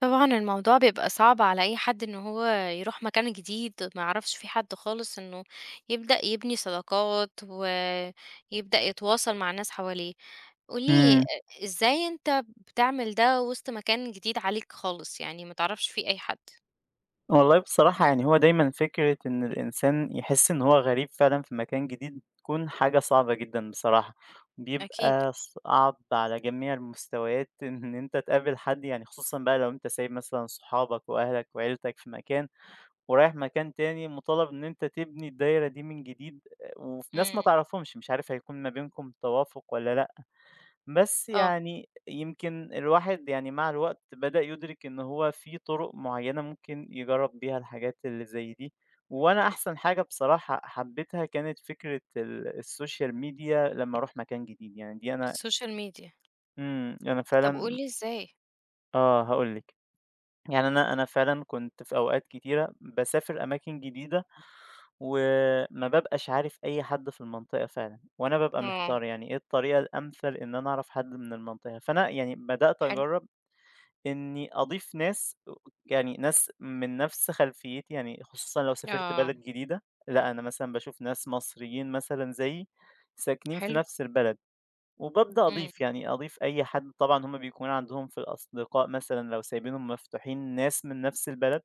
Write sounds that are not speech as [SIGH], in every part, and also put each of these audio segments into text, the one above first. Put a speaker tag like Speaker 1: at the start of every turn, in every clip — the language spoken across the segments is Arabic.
Speaker 1: طبعًا الموضوع بيبقى صعب على أي حد إن هو يروح مكان جديد، ما يعرفش فيه حد خالص، إنه يبدأ يبني صداقات ويبدأ يتواصل مع الناس حواليه. قُل لي
Speaker 2: إمم.
Speaker 1: إزاي أنت بتعمل ده وسط مكان جديد عليك خالص، يعني ما تعرفش فيه أي حد؟
Speaker 2: والله بصراحة يعني هو دايمًا فكرة إن الإنسان يحس إن هو غريب فعلًا في مكان جديد بتكون حاجة صعبة جدًا بصراحة،
Speaker 1: أكيد.
Speaker 2: بيبقى صعب على جميع المستويات [LAUGHS] إن أنت تقابل حد يعني خصوصًا بقى لو أنت سايب مثلًا صحابك وأهلك وعيلتك في مكان ورايح مكان تاني مطالب إن أنت تبني الدايرة دي من جديد، آه، وفي ناس ما
Speaker 1: إمم،
Speaker 2: تعرفهمش، مش عارف هيكون ما بينكم توافق والّا لأ. بس
Speaker 1: آه،
Speaker 2: يعني يمكن الواحد يعني مع الوقت بدأ يدرك إن هو في طرق معينة ممكن يجرب بيها الحاجات اللي زي دي وأنا أحسن حاجة بصراحة حبيتها كانت فكرة السوشيال ميديا لما أروح مكان جديد يعني دي أنا
Speaker 1: السوشيال ميديا.
Speaker 2: مم أنا
Speaker 1: طب قُل
Speaker 2: فعلا
Speaker 1: لي إزاي؟
Speaker 2: آه هقولك يعني أنا فعلا كنت في أوقات كتيرة بسافر أماكن جديدة وما ببقاش عارف أي حد في المنطقة فعلا وأنا ببقى
Speaker 1: آه،
Speaker 2: محتار يعني إيه الطريقة الأمثل إن أنا أعرف حد من المنطقة فأنا يعني بدأت
Speaker 1: حلو.
Speaker 2: أجرب إني أضيف ناس يعني ناس من نفس خلفيتي، يعني خصوصًا لو سافرت
Speaker 1: آه،
Speaker 2: بلد جديدة، لأ أنا مثلًا باشوف ناس مصريين مثلًا زيي ساكنين في
Speaker 1: حلو.
Speaker 2: نفس البلد، وبابدأ
Speaker 1: إمم،
Speaker 2: أضيف يعني أضيف أي حد طبعًا هُم بيكون عندهم في الأصدقاء مثلًا لو سايبينهم مفتوحين ناس من نفس البلد،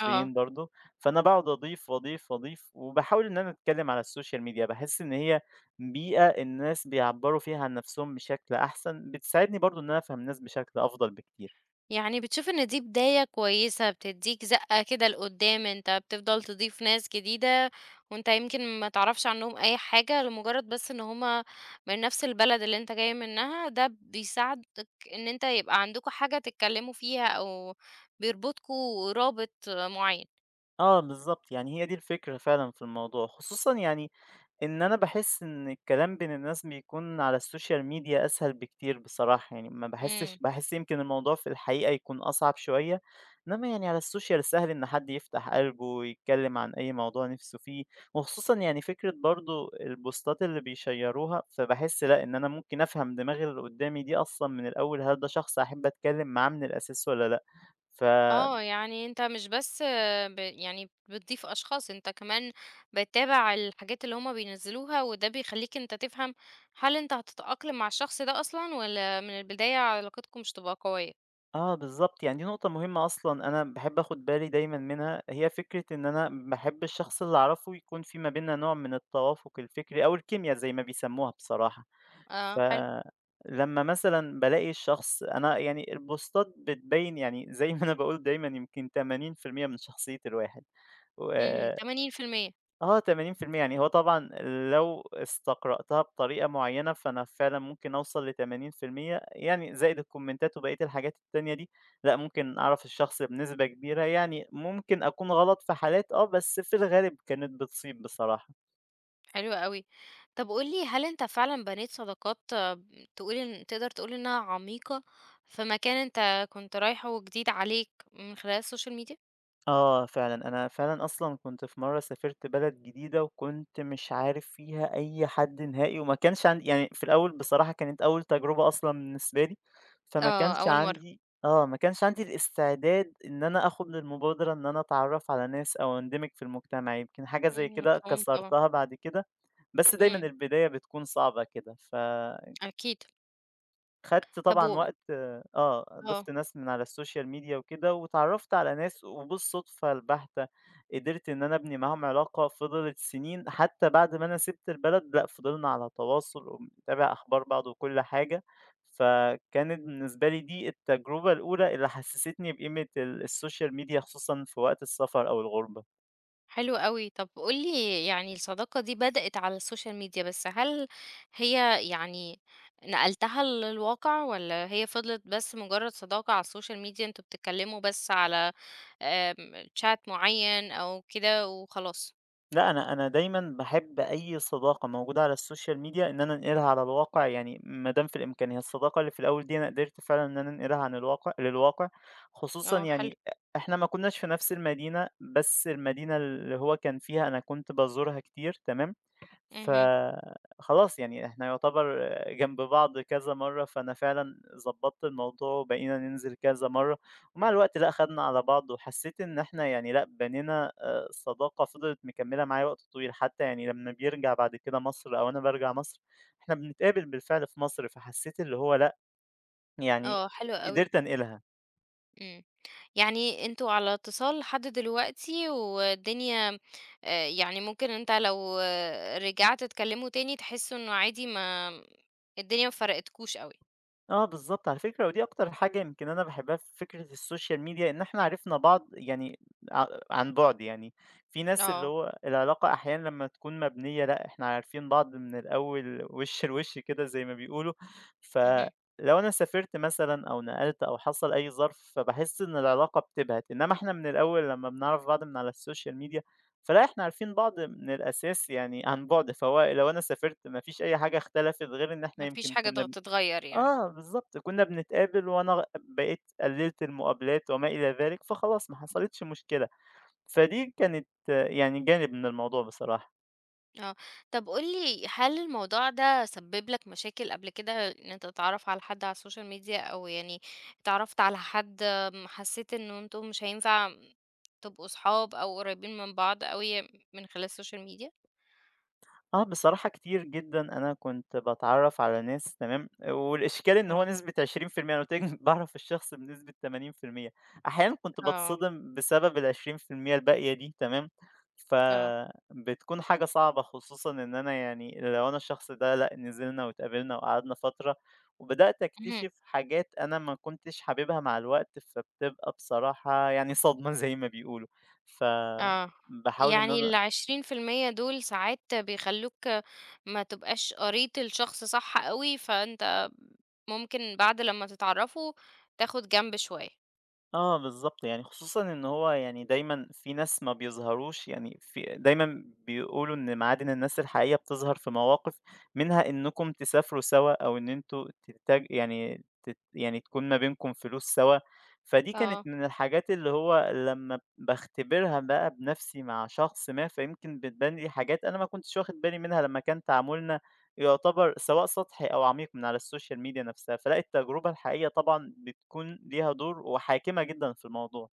Speaker 1: آه.
Speaker 2: برضه، فأنا باقعد أضيف، وأضيف، وأضيف، وباحاول إن أنا أتكلم على السوشيال ميديا، باحس إن هي بيئة الناس بيعبّروا فيها عن نفسهم بشكل أحسن، بتساعدني برضه إن أنا أفهم الناس بشكل أفضل بكتير.
Speaker 1: يعني بتشوف إن دي بداية كويسة بتدّيك زقة كده لقدّام، أنت بتفضل تضيف ناس جديدة وأنت يمكن ما تعرفش عنهم أي حاجة لمجرد بس إن هم من نفس البلد اللي أنت جاي منها، ده بيساعدك إن أنت يبقى عندكم حاجة تتكلموا فيها أو بيربطكم رابط معين.
Speaker 2: آه بالضبط، يعني هي دي الفكرة فعلًا في الموضوع، خصوصًا يعني إن أنا باحس إن الكلام بين الناس بيكون على السوشيال ميديا أسهل بكتير بصراحة، يعني ما باحسش
Speaker 1: إمم.
Speaker 2: باحس يمكن الموضوع في الحقيقة يكون أصعب شوية، إنما يعني على السوشيال سهل إن حد يفتح قلبه ويتكلم عن أي موضوع نفسه فيه، وخصوصًا يعني فكرة برضه البوستات اللي بيشيّروها، فباحس لأ، إن أنا ممكن أفهم دماغ اللي قدّامي دي أصلًا من الأول هل ده شخص أحب أتكلم معاه من الأساس والّا لأ، ف
Speaker 1: آه، يعني أنت مش بس يعني بتضيف أشخاص، أنت كمان بتتابع الحاجات اللي هُم بينزّلوها، وده بيخلّيك أنت تفهم هل أنت هتتأقلم مع الشخص ده أصلًا والّا من البداية علاقتكم مش تبقى قوية؟
Speaker 2: آه بالضبط، يعني دي نقطة مهمة أصلًا أنا باحب آخُد بالي دايمًا منها، هي فكرة إن أنا باحب الشخص اللي أعرفه يكون في ما بيننا نوع من التوافُق الفكري أو الكيميا زي ما بيسمّوها بصراحة،
Speaker 1: آه، حلو،
Speaker 2: فلمّا مثلًا بالاقي الشخص أنا يعني البوستات بتبيّن يعني زي ما أنا باقول دايمًا يمكن 80% من شخصية الواحد و
Speaker 1: اهم، 80%.
Speaker 2: آه 80% يعني هو طبعًا لو استقرأتها بطريقة معيّنة، فأنا فعلًا ممكن أوصل ل80% يعني زائد الكومنتات وبقية الحاجات التانية دي، لأ ممكن أعرف الشخص بنسبة كبيرة، يعني ممكن أكون غلط في حالات آه، بس في الغالب كانت بتصيب بصراحة.
Speaker 1: حلو أوي. طب قُل لي هل أنت فعلًا بنيت صداقات تقول إن تقدر تقول إنها عميقة في مكان أنت كنت رايحه وجديد عليك من خلال السوشيال ميديا؟
Speaker 2: آه فعلًا، أنا فعلًا أصلًا كنت في مرّة سافرت بلد جديدة وكنت مش عارف فيها أي حد نهائي وما كانش عندي يعني في الأول بصراحة كانت أول تجربة أصلًا بالنسبة لي، فما
Speaker 1: آه،
Speaker 2: كانش
Speaker 1: أول مرّة.
Speaker 2: عندي آه، ما كانش عندي الاستعداد إن أنا آخُد المبادرة إن أنا أتعرّف على ناس أو أندمج في المجتمع، يمكن حاجة زي
Speaker 1: إمم،
Speaker 2: كده
Speaker 1: مفهوم طبعًا.
Speaker 2: كسرتها بعد كده، بس دايمًا
Speaker 1: إمم،
Speaker 2: البداية بتكون صعبة كده
Speaker 1: أكيد.
Speaker 2: خدت
Speaker 1: طب
Speaker 2: طبعًا
Speaker 1: و
Speaker 2: وقت آه،
Speaker 1: آه،
Speaker 2: ضِفت ناس من على الSocial Media وكده، واتعرّفت على ناس وبالصدفة البحتة قدرت إن أنا أبني معاهم علاقة فضلت سنين، حتى بعد ما أنا سِبت البلد لأ، فضلنا على تواصل وبنتابع أخبار بعض وكل حاجة، فكانت بالنسبة لي دي التجربة الأولى اللي حسّستني بقيمة الSocial Media خصوصًا في وقت السفر أو الغُربة.
Speaker 1: حلو أوي. طب قُل لي يعني الصداقة دي بدأت على السوشيال ميديا، بس هل هي يعني نقلتها للواقع والّا هي فضلت بس مجرد صداقة على السوشيال ميديا أنتم بتتكلموا بس على chat معين أو كده وخلاص؟
Speaker 2: لأ، أنا دايمًا باحب أي صداقة موجودة على السوشيال ميديا إن أنا أنقلها على الواقع، يعني ما دام في الإمكان، هي الصداقة اللي في الأول دي أنا قدرت فعلًا إن أنا أنقلها عن الواقع للواقع، خصوصًا
Speaker 1: آه، حلو.
Speaker 2: يعني إحنا ما كناش في نفس المدينة، بس المدينة اللي هو كان فيها أنا كنت بازورها كتير، تمام؟
Speaker 1: اهم.
Speaker 2: فخلاص يعني إحنا يُعتبر جنب بعض كذا مرّة، فأنا فعلًا ضبّطت الموضوع وبقينا ننزل كذا مرّة، ومع الوقت لأ، خدنا على بعض وحسّيت إن إحنا يعني لأ، بنينا صداقة فضلت مكمّلة معايا وقت طويل، حتى يعني لمّا بيرجع بعد كده مصر أو أنا بارجع مصر، إحنا بنتقابل بالفعل في مصر، فحسّيت اللي هو لأ، يعني
Speaker 1: آه، حلو أوي.
Speaker 2: قدرت أنقلها.
Speaker 1: إمم. يعني أنتم على اتصال لحد دلوقتي والدنيا يعني ممكن أنت لو رجعت تكلّمه تاني تحسّوا إنه عادي ما الدنيا ما فرقتكوش أوي.
Speaker 2: آه بالضبط، على فكرة ودي أكتر حاجة يمكن أنا باحبها في فكرة السوشيال ميديا، إن إحنا عرفنا بعض يعني ع عن بُعد يعني، في ناس اللي
Speaker 1: آه.
Speaker 2: هو العلاقة أحيانًا لمّا تكون مبنية لأ، إحنا عارفين بعض من الأول وِش لوِش كده زي ما بيقولوا،
Speaker 1: اهم.
Speaker 2: فلو أنا سافرت مثلًا أو نقلت أو حصل أي ظرف، فباحس إن العلاقة بتبهت، إنما إحنا من الأول لمّا بنعرف بعض من على السوشيال ميديا، فلأ إحنا عارفين بعض من الأساس يعني عن بُعد، فهو لو أنا سافرت ما فيش أي حاجة اختلفت غير إن إحنا
Speaker 1: ما فيش
Speaker 2: يمكن
Speaker 1: حاجة
Speaker 2: كنا
Speaker 1: تتغيّر يعني.
Speaker 2: آه، بالضبط، كُنّا بنتقابل وأنا بقيت قلّلت المقابلات وما إلى ذلك، فخلاص ما
Speaker 1: إمم.
Speaker 2: حصلتش مشكلة، فدي كانت آه، يعني جانب من الموضوع بصراحة.
Speaker 1: آه. طب قُل لي هل الموضوع ده سبِّب لك مشاكل قبل كده إن أنت تتعرّف على حد على السوشيال ميديا أو يعني اتعرّفت على حد حسّيت إنه أنتم مش هينفع تبقوا صحاب أو قريّبين من بعض أوي من خلال السوشيال ميديا؟
Speaker 2: آه، بصراحة كتير جدًا أنا كنت باتعرّف على ناس تمام، والإشكال إن هو
Speaker 1: إمم.
Speaker 2: نسبة 20% أنا قُلت لِك [LAUGHS] باعرف الشخص بنسبة 80%، أحيانًا كنت
Speaker 1: آه،
Speaker 2: باتصدم بسبب ال20% الباقية دي تمام،
Speaker 1: آه،
Speaker 2: فبتكون حاجة صعبة خصوصًا إن أنا يعني لو أنا الشخص ده لأ، نزلنا واتقابلنا وقعدنا فترة، وبدأت
Speaker 1: اهم،
Speaker 2: أكتشف حاجات أنا ما كنتش حاببها مع الوقت، فبتبقى بصراحة يعني صدمة [LAUGHS] زي ما بيقولوا،
Speaker 1: آه،
Speaker 2: فباحاول إن
Speaker 1: يعني
Speaker 2: أنا
Speaker 1: ال20% دول ساعات بيخلّوك ما تبقاش قريت الشخص صح أوي، فأنت ممكن بعد لمّا تتعرّفوا تاخد جنب شوية،
Speaker 2: آه بالضبط، يعني خصوصًا إن هو يعني دايمًا في ناس ما بيظهروش يعني في دايمًا بيقولوا إن معادن الناس الحقيقية بتظهر في مواقف منها إنكم تسافروا سوا أو إن أنتم تتاج يعني تت يعني تكون ما بينكم فلوس سوا، فدي كانت
Speaker 1: آه.
Speaker 2: من الحاجات اللي هو لمّا باختبرها بقى بنَفْسي مع شخص ما، فيمكن بتبان لي حاجات أنا ما كنتش واخد بالي منها لمّا كان تعاملنا يعتبر سواء سطحي أو عميق من على السوشيال ميديا نفسها، فلأ التجربة الحقيقية طبعًا بتكون ليها دور وحاكمة جدًا في الموضوع.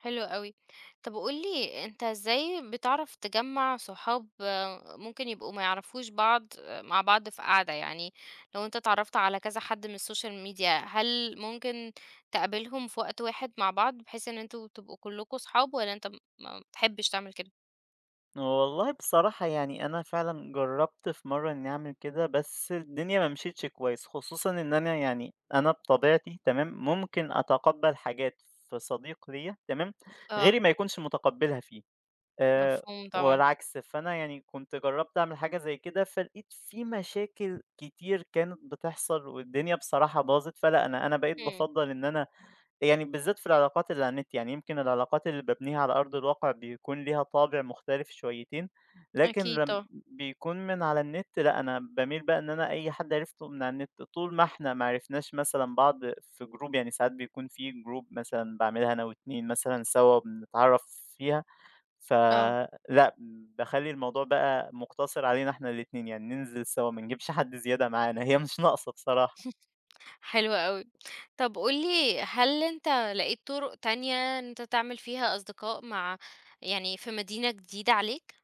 Speaker 1: حلو أوي. طب قُل لي أنت إزاي بتعرف تجمّع صحاب ممكن يبقوا ما يعرفوش بعض مع بعض في قعدة؟ يعني لو أنت اتعرّفت على كذا حد من الsocial media، هل ممكن تقابلهم في وقت واحد مع بعض بحيث إن أنتم تبقوا كلّكم صحاب والّا أنت ما بتحبش تعمل كده؟
Speaker 2: والله بصراحة يعني أنا فعلًا جرّبت في مرّة إنّي أعمل كده، بس الدنيا ما مشيتش كويس، خصوصًا إن أنا يعني أنا بطبيعتي تمام، ممكن أتقبّل حاجات في صديق ليّا تمام،
Speaker 1: آه،
Speaker 2: غيري ما يكونش متقبّلها فيه. آآ
Speaker 1: مفهوم طبعًا.
Speaker 2: والعكس، فأنا يعني كنت جرّبت أعمل حاجة زي كده، فلقيت في مشاكل كتير كانت بتحصل والدنيا بصراحة باظت، فلأ أنا بقيت
Speaker 1: إمم،
Speaker 2: بافضّل إن أنا يعني بالذات في العلاقات اللي على النت، يعني يمكن العلاقات اللي بابنيها على أرض الواقع بيكون ليها طابع مختلف شويتين، لكن
Speaker 1: أكيد
Speaker 2: لم
Speaker 1: طبعًا.
Speaker 2: بيكون من على النت لأ، أنا باميل بقى إن أنا أي حد عرفته من على النت طول ما إحنا ما عرفناش مثلًا بعض في group يعني ساعات بيكون في group مثلًا باعملها أنا و2 مثلًا سوا بنتعرّف فيها
Speaker 1: آه،
Speaker 2: فلأ، باخلّي الموضوع بقى مُقتصِر علينا إحنا الاتنين، يعني ننزِل سوا، ما نجيبش حد زيادة معانا، هي مش ناقصة بصراحة.
Speaker 1: حلو أوي. طب قُل لي هل أنت لقيت طُرق تانية إن أنت تعمل فيها أصدقاء يعني في مدينة جديدة عليك؟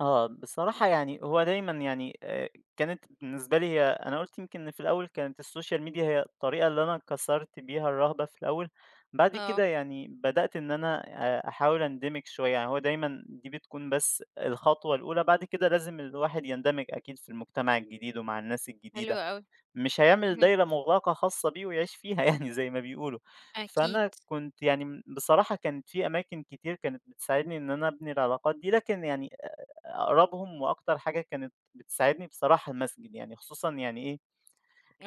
Speaker 2: آه، بصراحة يعني هو دايمًا يعني كانت بالنسبة لي هي أنا قُلت يمكن إن في الأول كانت السوشيال ميديا هي الطريقة اللي أنا كسَرت بيها الرهبة في الأول، بعد
Speaker 1: آه،
Speaker 2: كده يعني بدأت إن أنا أحاول أندمج شوية، يعني هو دايمًا دي بتكون بس الخطوة الأولى، بعد كده لازم الواحد يندمج أكيد في المجتمع الجديد ومع الناس
Speaker 1: حلو
Speaker 2: الجديدة.
Speaker 1: أوي،
Speaker 2: مش هيعمل
Speaker 1: اهم،
Speaker 2: دايرة مغلقة خاصة بيه ويعيش فيها [LAUGHS] يعني زي ما بيقولوا،
Speaker 1: أكيد،
Speaker 2: فأنا كنت يعني بصراحة كانت في أماكن كتير كانت بتساعدني إن أنا أبني العلاقات دي، لكن يعني أقربهم وأكتر حاجة كانت بتساعدني بصراحة المسجد، يعني خصوصًا يعني إيه،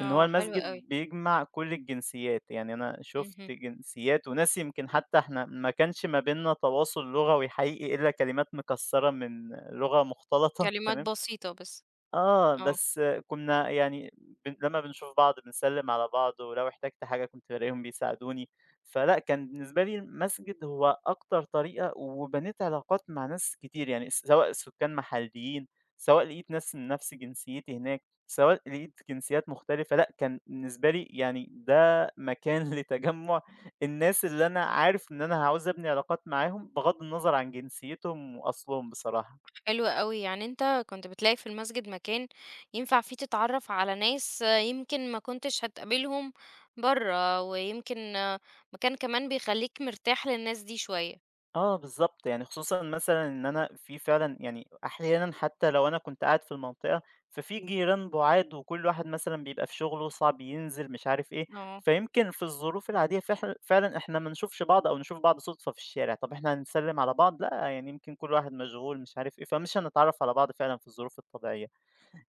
Speaker 2: إن هو
Speaker 1: حلو
Speaker 2: المسجد
Speaker 1: أوي،
Speaker 2: بيجمع كل الجنسيات، يعني أنا شُفت
Speaker 1: اهم،
Speaker 2: جنسيات وناس يمكن حتى إحنا ما كانش ما بيننا تواصل لغوي حقيقي إلا كلمات مكسّرة من لغة مختلطة، [LAUGHS]
Speaker 1: كلمات
Speaker 2: تمام؟
Speaker 1: بسيطة بس،
Speaker 2: آه،
Speaker 1: آه،
Speaker 2: بس كنا يعني لمّا بنشوف بعض بنسلِّم على بعض، ولو احتجت حاجة كنت بالاقيهم بيساعدوني، فلأ، كان بالنسبة لي المسجد هو أكتر طريقة وبنيت علاقات مع ناس كتير، يعني سواء سكان محليين، سواء لقيت ناس من نفس جنسيتي هناك، سواء لقيت جنسيات مختلفة، لأ، كان بالنسبة لي يعني ده مكان [LAUGHS] لتجمُّع الناس اللي أنا عارف إن أنا عاوز أبني علاقات معاهم بغض النظر عن جنسيتهم وأصلهم بصراحة.
Speaker 1: حلو أوي، يعني أنت كنت بتلاقي في المسجد مكان ينفع فيه تتعرّف على ناس يمكن ما كنتش هتقابلهم برّه، ويمكن مكان كمان بيخلّيك مرتاح للناس دي شوية،
Speaker 2: آه بالضبط، يعني خصوصًا مثلًا إن أنا في فعلًا يعني أحيانًا حتى لو أنا كنت قاعد في المنطقة، ففي جيران بُعاد وكل واحد مثلًا بيبقى في شغله، صعب ينزل، مش عارف إيه،
Speaker 1: آه،
Speaker 2: فيمكن في الظروف العادية فعلًا إحنا ما نشوفش بعض أو نشوف بعض صُدفة في الشارع، طَب إحنا هنسلِّم على بعض؟ لأ، يعني يمكن كل واحد مشغول، مش عارف إيه، فمش هنتعرّف على بعض فعلًا في الظروف الطبيعية.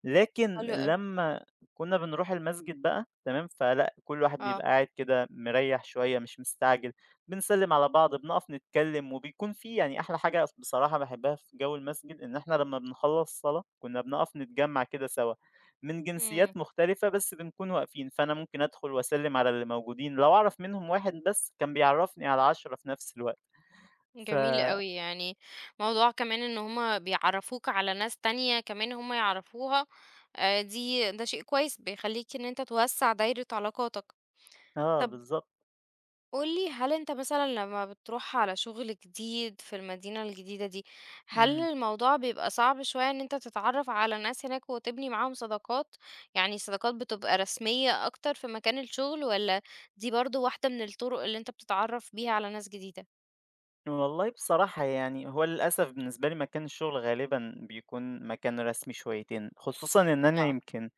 Speaker 2: لكن
Speaker 1: حلو أوي،
Speaker 2: لمّا كنا بنروح المسجد بقى تمام، فلأ كل واحد
Speaker 1: آه،
Speaker 2: بيبقى قاعد كده مريّح شوية مش مستعجل، بنسلِّم على بعض، بنقف نتكلّم، وبيكون في يعني أحلى حاجة بصراحة باحبها في جو المسجد إن إحنا لمّا بنخلّص صلاة كنا بنقف نتجمّع كده سوا، من
Speaker 1: إمم.
Speaker 2: جنسيات مختلفة بس بنكون واقفين، فأنا ممكن أدخل وأسلِّم على اللي موجودين، لو أعرف منهم واحد بس كان بيعرّفني على 10 في نفس الوقت، ف
Speaker 1: جميل أوي، يعني موضوع كمان إن هُم بيعرّفوك على ناس تانية كمان هُم يعرفوها، ده شيء كويس بيخلّيك إن أنت توسّع دايرة علاقاتك.
Speaker 2: آه
Speaker 1: طب
Speaker 2: بالضبط،
Speaker 1: قُل لي هل أنت مثلًا لمّا بتروح على شغل جديد في المدينة الجديدة دي، هل
Speaker 2: إمم.
Speaker 1: الموضوع بيبقى صعب شوية إن أنت تتعرّف على ناس هناك وتبني معاهم صداقات، يعني الصداقات بتبقى رسمية أكتر في مكان الشغل والّا دي برضه واحدة من الطرق اللي أنت بتتعرّف بيها على ناس جديدة؟
Speaker 2: والله بصراحة يعني هو للأسف بالنسبة لي مكان الشغل غالبا بيكون مكان رسمي شويتين خصوصا إن أنا
Speaker 1: آه.
Speaker 2: يمكن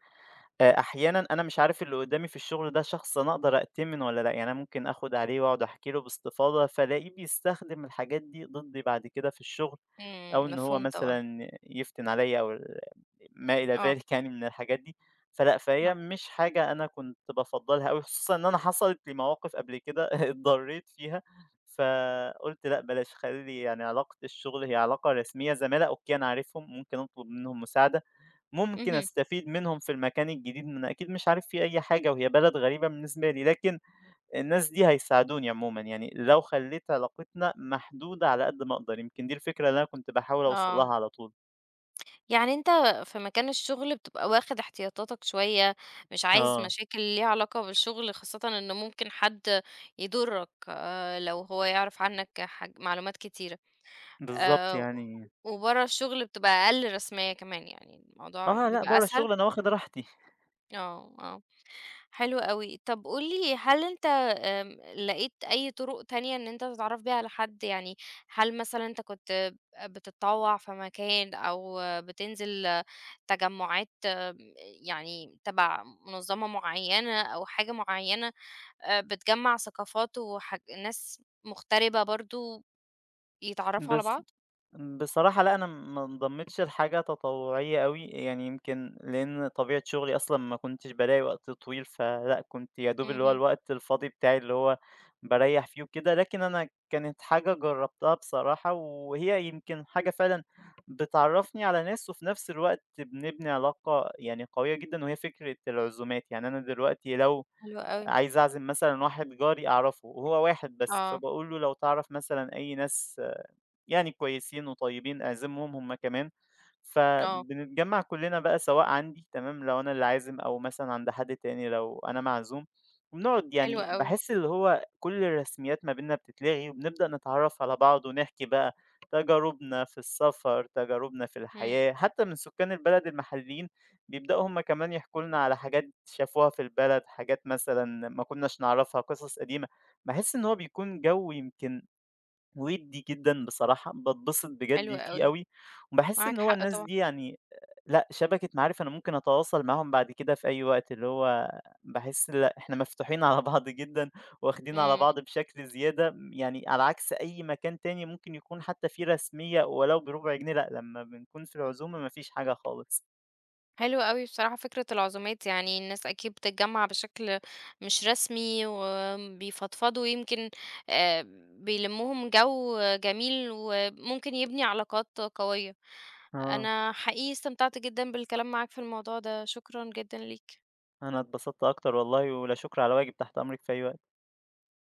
Speaker 2: آه، أحيانا أنا مش عارف اللي قدامي في الشغل ده شخص أنا أقدر أأتمن ولا لأ يعني أنا ممكن أخد عليه وأقعد أحكي له باستفاضة فألاقيه بيستخدم الحاجات دي ضدي بعد كده في الشغل أو
Speaker 1: إمم،
Speaker 2: إن هو
Speaker 1: مفهوم طبعًا.
Speaker 2: مثلًا يفتن عليَّ أو ما إلى
Speaker 1: آه،
Speaker 2: ذلك يعني من الحاجات دي، فلأ، فهي
Speaker 1: آه،
Speaker 2: مش حاجة أنا كنت بافضّلها أوي، خصوصًا إن أنا حصلت لي مواقف قبل كده [LAUGHS] اتضريت فيها، فقُلت لأ بلاش، خلّي يعني علاقة الشغل هي علاقة رسمية، زملاء أوكي أنا عارفهم، ممكن أطلب منهم مساعدة، ممكن
Speaker 1: اهم،
Speaker 2: أستفيد منهم في المكان الجديد، ما أنا أكيد مش عارف فيه أي حاجة وهي بلد غريبة بالنسبة لي، لكن الناس دي هيساعدوني عمومًا، يعني لو خلّيت علاقتنا محدودة على قد ما أقدر، يمكن دي الفكرة اللي أنا كنت باحاول أوصل
Speaker 1: آه،
Speaker 2: لها على طول.
Speaker 1: يعني أنت في مكان الشغل بتبقى واخد احتياطاتك شوية، مش عايز
Speaker 2: آه،
Speaker 1: مشاكل ليها علاقة بالشغل، خاصةً إن ممكن حد يضرك لو هو يعرف عنك معلومات كتيرة،
Speaker 2: بالضبط
Speaker 1: آآ،
Speaker 2: يعني
Speaker 1: وبرّه الشغل بتبقى أقل رسمية كمان، يعني الموضوع
Speaker 2: آه، لأ
Speaker 1: بيبقى
Speaker 2: برّه
Speaker 1: أسهل؟
Speaker 2: الشغل أنا واخد راحتي،
Speaker 1: آه، آه، حلو أوي. طب قُل لي هل أنت لقيت أي طرق تانية إن أنت تتعرّف بيها على حد؟ يعني هل مثلًا أنت كنت بتتطوّع في مكان أو بتنزل تجمُّعات يعني تَبَع منظمة معيّنة أو حاجة معيّنة بتجمّع ثقافات ناس مغتربة برضه يتعرّفوا على
Speaker 2: بالض
Speaker 1: بعض؟
Speaker 2: بصراحة لأ، أنا ما انضميتش لحاجة تطوعية أوي، يعني يمكن لأن طبيعة شغلي أصلًا ما كنتش بالاقي وقت طويل، فلأ، كنت يا دوب اللي هو
Speaker 1: اهم،
Speaker 2: الوقت الفاضي بتاعي اللي هو باريّح فيه وكده، لكن أنا كانت حاجة جرّبتها بصراحة، وهي يمكن حاجة فعلًا بتعرّفني على ناس، وفي نفس الوقت بنبني علاقة يعني قوية جدًا، وهي فكرة العزومات، يعني أنا دلوقتي لو
Speaker 1: حلو أوي.
Speaker 2: عايز أعزم مثلًا واحد جاري أعرفه وهو واحد بس،
Speaker 1: آه،
Speaker 2: فباقول له لو تعرف مثلًا أي ناس يعني كويسين وطيبين أعزمهم هم كمان،
Speaker 1: آه،
Speaker 2: فبنتجمّع كلّنا بقى سواء عندي تمام، لو أنا اللي عازم أو مثلًا عند حد تاني لو أنا معزوم، وبنقعد
Speaker 1: حلو
Speaker 2: يعني
Speaker 1: أوي،
Speaker 2: باحس اللي هو كل الرسميات ما بيننا بتتلغي وبنبدأ نتعرّف على بعض ونحكي بقى تجاربنا في السفر، تجاربنا في
Speaker 1: إمم،
Speaker 2: الحياة، حتى من سكان البلد المحليين بيبدأوا هم كمان يحكوا لنا على حاجات شافوها في البلد، حاجات مثلًا ما كناش نعرفها، قصص قديمة، باحس إن هو بيكون جَو يمكن وِدّي جدًا بصراحة، باتبسط
Speaker 1: حلو
Speaker 2: بجد فيه
Speaker 1: أوي.
Speaker 2: أوي، وباحس
Speaker 1: معاك
Speaker 2: إن هو
Speaker 1: حق
Speaker 2: الناس
Speaker 1: طبعًا،
Speaker 2: دي يعني لأ، شبكة معارف أنا ممكن أتواصل معاهم بعد كده في أي وقت، اللي هو باحس لأ، إحنا مفتوحين على بعض جدًا، واخدين على
Speaker 1: إمم.
Speaker 2: بعض بشكل زيادة، يعني على عكس أي مكان تاني ممكن يكون حتى فيه رسمية ولو بربع جنيه، لأ، لمّا بنكون في العزومة ما فيش حاجة خالص.
Speaker 1: حلو أوي بصراحة فكرة العزومات يعني الناس أكيد بتتجمع بشكل مش رسمي وبيفضفضوا يمكن آه، بيلمهم جو جميل وممكن يبني علاقات قوية.
Speaker 2: آه،
Speaker 1: أنا حقيقي استمتعت جدا بالكلام معاك في الموضوع ده، شكرا جدا ليك.
Speaker 2: أنا اتبسطت أكتر والله، ولا شكر على واجب، تحت أمرِك في أي وقت.